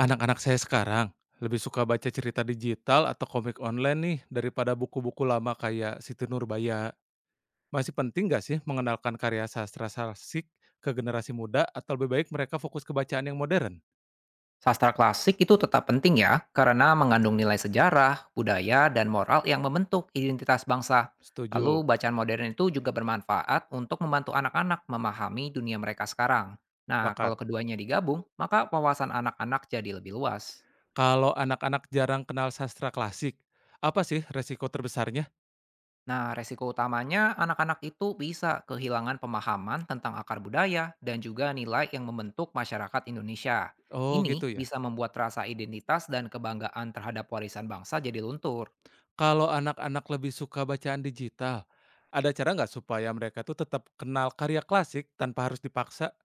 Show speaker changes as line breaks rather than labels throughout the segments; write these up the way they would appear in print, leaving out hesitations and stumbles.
Anak-anak saya sekarang lebih suka baca cerita digital atau komik online nih daripada buku-buku lama kayak Siti Nurbaya. Masih penting nggak sih mengenalkan karya sastra klasik ke generasi muda atau lebih baik mereka fokus ke bacaan yang modern?
Sastra klasik itu tetap penting ya, karena mengandung nilai sejarah, budaya, dan moral yang membentuk identitas bangsa. Lalu
Setuju,
bacaan modern itu juga bermanfaat untuk membantu anak-anak memahami dunia mereka sekarang. Nah, kalau
pakat.
keduanya digabung, maka wawasan anak-anak jadi lebih luas.
Kalau anak-anak jarang kenal sastra klasik, apa sih resiko terbesarnya?
Nah, resiko utamanya anak-anak itu bisa kehilangan pemahaman tentang akar budaya dan juga nilai yang membentuk masyarakat Indonesia.
Oh
Ini
gitu ya.
bisa membuat rasa identitas dan kebanggaan terhadap warisan bangsa jadi luntur.
Kalau anak-anak lebih suka bacaan digital, ada cara nggak supaya mereka tuh tetap kenal karya klasik tanpa harus dipaksa?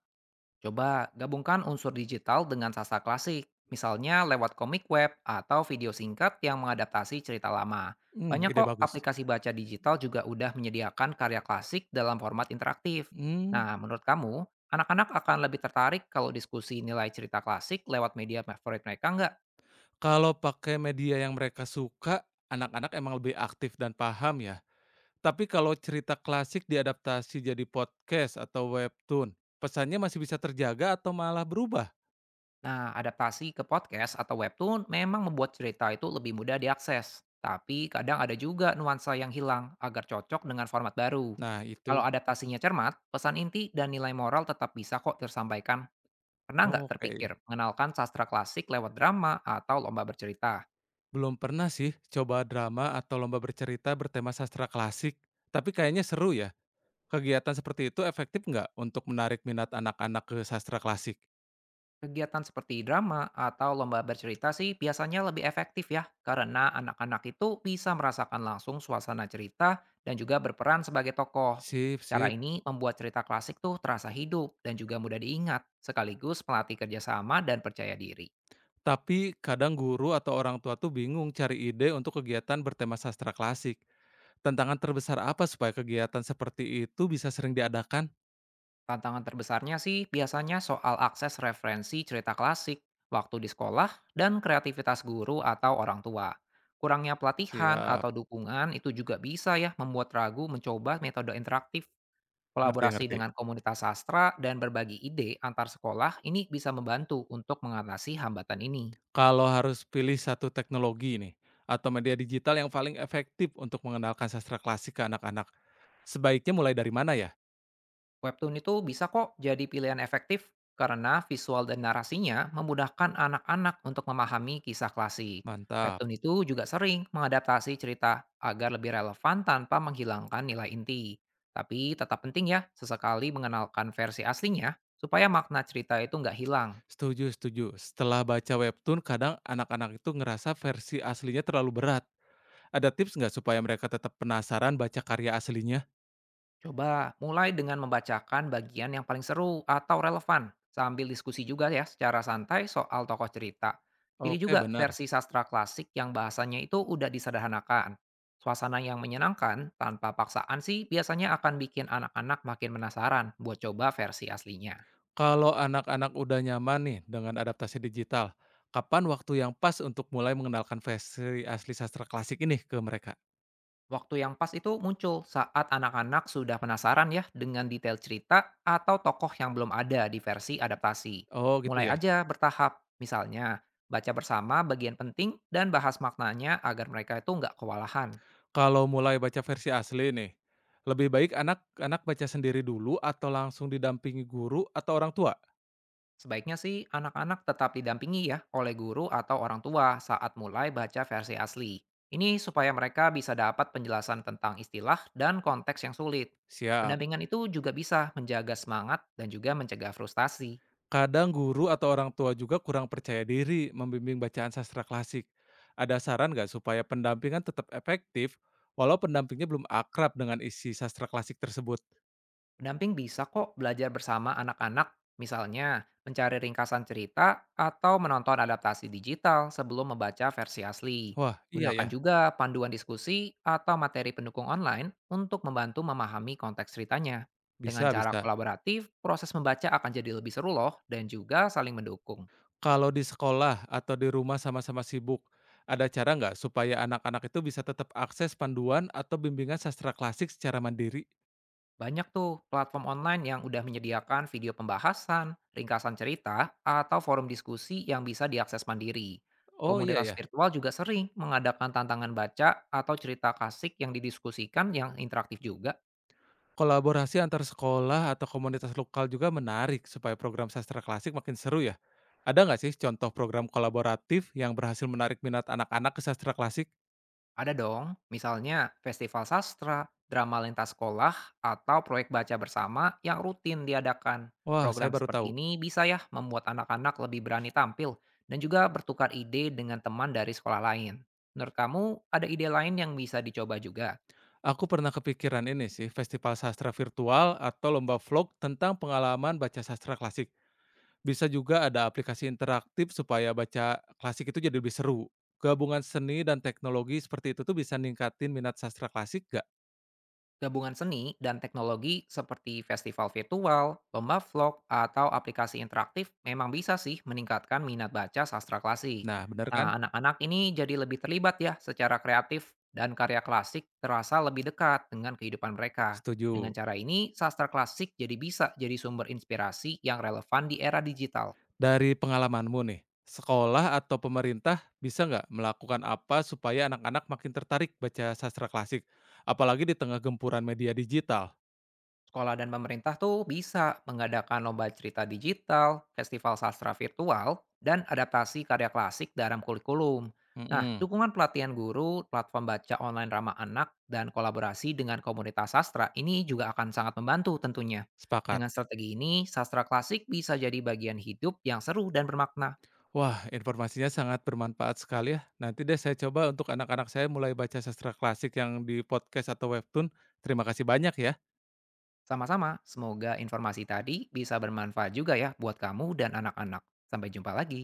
Coba gabungkan unsur digital dengan sastra klasik, misalnya lewat komik web atau video singkat yang mengadaptasi cerita lama.
Hmm,
Banyak
ide
kok
bagus.
aplikasi baca digital juga udah menyediakan karya klasik dalam format interaktif.
Hmm.
Nah, menurut kamu, anak-anak akan lebih tertarik kalau diskusi nilai cerita klasik lewat media favorit mereka nggak?
Kalau pakai media yang mereka suka, anak-anak emang lebih aktif dan paham ya. Tapi kalau cerita klasik diadaptasi jadi podcast atau webtoon, pesannya masih bisa terjaga atau malah berubah?
Nah, adaptasi ke podcast atau webtoon memang membuat cerita itu lebih mudah diakses, tapi kadang ada juga nuansa yang hilang agar cocok dengan format baru.
Nah,
Kalau
itu.
adaptasinya cermat, pesan inti dan nilai moral tetap bisa kok tersampaikan. Pernah nggak terpikir
Oke.
mengenalkan sastra klasik lewat drama atau lomba bercerita?
Belum pernah sih coba drama atau lomba bercerita bertema sastra klasik, tapi kayaknya seru ya. Kegiatan seperti itu efektif nggak untuk menarik minat anak-anak ke sastra klasik?
Kegiatan seperti drama atau lomba bercerita sih biasanya lebih efektif ya, karena anak-anak itu bisa merasakan langsung suasana cerita dan juga berperan sebagai tokoh.
Sip,
Cara
sip.
ini membuat cerita klasik tuh terasa hidup dan juga mudah diingat, sekaligus melatih kerjasama dan percaya diri.
Tapi kadang guru atau orang tua tuh bingung cari ide untuk kegiatan bertema sastra klasik. Tantangan terbesar apa supaya kegiatan seperti itu bisa sering diadakan?
Tantangan terbesarnya sih biasanya soal akses referensi cerita klasik, waktu di sekolah, dan kreativitas guru atau orang tua. Kurangnya pelatihan
Siap,
atau dukungan itu juga bisa ya membuat ragu mencoba metode interaktif.
ngerti
Kolaborasi
ngerti.
dengan komunitas sastra dan berbagi ide antar sekolah ini bisa membantu untuk mengatasi hambatan ini.
Kalau harus pilih satu teknologi nih, atau media digital yang paling efektif untuk mengenalkan sastra klasik ke anak-anak, sebaiknya mulai dari mana ya?
Webtoon itu bisa kok jadi pilihan efektif karena visual dan narasinya memudahkan anak-anak untuk memahami kisah klasik.
Mantap.
Webtoon itu juga sering mengadaptasi cerita agar lebih relevan tanpa menghilangkan nilai inti. Tapi tetap penting ya, sesekali mengenalkan versi aslinya supaya makna cerita itu nggak hilang.
Setuju, setuju. Setelah baca webtoon, kadang anak-anak itu ngerasa versi aslinya terlalu berat. Ada tips nggak supaya mereka tetap penasaran baca karya aslinya?
Coba mulai dengan membacakan bagian yang paling seru atau relevan, sambil diskusi juga ya secara santai soal tokoh cerita. Pilih
Oke,
juga
benar.
versi sastra klasik yang bahasanya itu udah disederhanakan. Suasana yang menyenangkan tanpa paksaan sih biasanya akan bikin anak-anak makin penasaran buat coba versi aslinya.
Kalau anak-anak udah nyaman nih dengan adaptasi digital, kapan waktu yang pas untuk mulai mengenalkan versi asli sastra klasik ini ke mereka?
Waktu yang pas itu muncul saat anak-anak sudah penasaran ya dengan detail cerita atau tokoh yang belum ada di versi adaptasi.
Oh gitu
Mulai
ya.
aja bertahap, misalnya baca bersama bagian penting dan bahas maknanya agar mereka itu nggak kewalahan.
Kalau mulai baca versi asli nih, lebih baik anak-anak baca sendiri dulu atau langsung didampingi guru atau orang tua?
Sebaiknya sih anak-anak tetap didampingi ya oleh guru atau orang tua saat mulai baca versi asli. Ini supaya mereka bisa dapat penjelasan tentang istilah dan konteks yang sulit.
Siap.
Pendampingan itu juga bisa menjaga semangat dan juga mencegah frustasi.
Kadang guru atau orang tua juga kurang percaya diri membimbing bacaan sastra klasik. Ada saran nggak supaya pendampingan tetap efektif walau pendampingnya belum akrab dengan isi sastra klasik tersebut?
Pendamping bisa kok belajar bersama anak-anak, misalnya mencari ringkasan cerita atau menonton adaptasi digital sebelum membaca versi asli.
Wah, iya
Gunakan
ya.
juga panduan diskusi atau materi pendukung online untuk membantu memahami konteks ceritanya. Dengan
Bisa
cara
bisa.
kolaboratif, proses membaca akan jadi lebih seru loh dan juga saling mendukung.
Kalau di sekolah atau di rumah sama-sama sibuk, ada cara nggak supaya anak-anak itu bisa tetap akses panduan atau bimbingan sastra klasik secara mandiri?
Banyak tuh platform online yang udah menyediakan video pembahasan, ringkasan cerita, atau forum diskusi yang bisa diakses mandiri.
Oh, iya
Komunitas
ya.
virtual juga sering mengadakan tantangan baca atau cerita klasik yang didiskusikan yang interaktif juga.
Kolaborasi antar sekolah atau komunitas lokal juga menarik supaya program sastra klasik makin seru ya. Ada nggak sih contoh program kolaboratif yang berhasil menarik minat anak-anak ke sastra klasik?
Ada dong, misalnya festival sastra, drama lintas sekolah, atau proyek baca bersama yang rutin diadakan.
Wah, saya
Program
baru tahu.
seperti ini bisa ya membuat anak-anak lebih berani tampil dan juga bertukar ide dengan teman dari sekolah lain. Menurut kamu, ada ide lain yang bisa dicoba juga?
Aku pernah kepikiran ini sih, festival sastra virtual atau lomba vlog tentang pengalaman baca sastra klasik. Bisa juga ada aplikasi interaktif supaya baca klasik itu jadi lebih seru. Gabungan seni dan teknologi seperti itu tuh bisa ningkatin minat sastra klasik gak?
Gabungan seni dan teknologi seperti festival virtual, lomba vlog, atau aplikasi interaktif memang bisa sih meningkatkan minat baca sastra klasik.
Nah, bener kan?
Nah, anak-anak ini jadi lebih terlibat ya secara kreatif dan karya klasik terasa lebih dekat dengan kehidupan mereka. Dengan
Setuju.
cara ini, sastra klasik jadi bisa jadi sumber inspirasi yang relevan di era digital.
Dari pengalamanmu nih, sekolah atau pemerintah bisa nggak melakukan apa supaya anak-anak makin tertarik baca sastra klasik? Apalagi di tengah gempuran media digital.
Sekolah dan pemerintah tuh bisa mengadakan lomba cerita digital, festival sastra virtual, dan adaptasi karya klasik dalam kurikulum. Nah,
Mm-mm,
dukungan pelatihan guru, platform baca online ramah anak, dan kolaborasi dengan komunitas sastra ini juga akan sangat membantu tentunya.
sepakat.
Dengan strategi ini, sastra klasik bisa jadi bagian hidup yang seru dan bermakna.
Wah, informasinya sangat bermanfaat sekali ya. Nanti deh saya coba untuk anak-anak saya mulai baca sastra klasik yang di podcast atau webtoon. Terima kasih banyak ya.
Sama-sama, semoga informasi tadi bisa bermanfaat juga ya buat kamu dan anak-anak. Sampai jumpa lagi.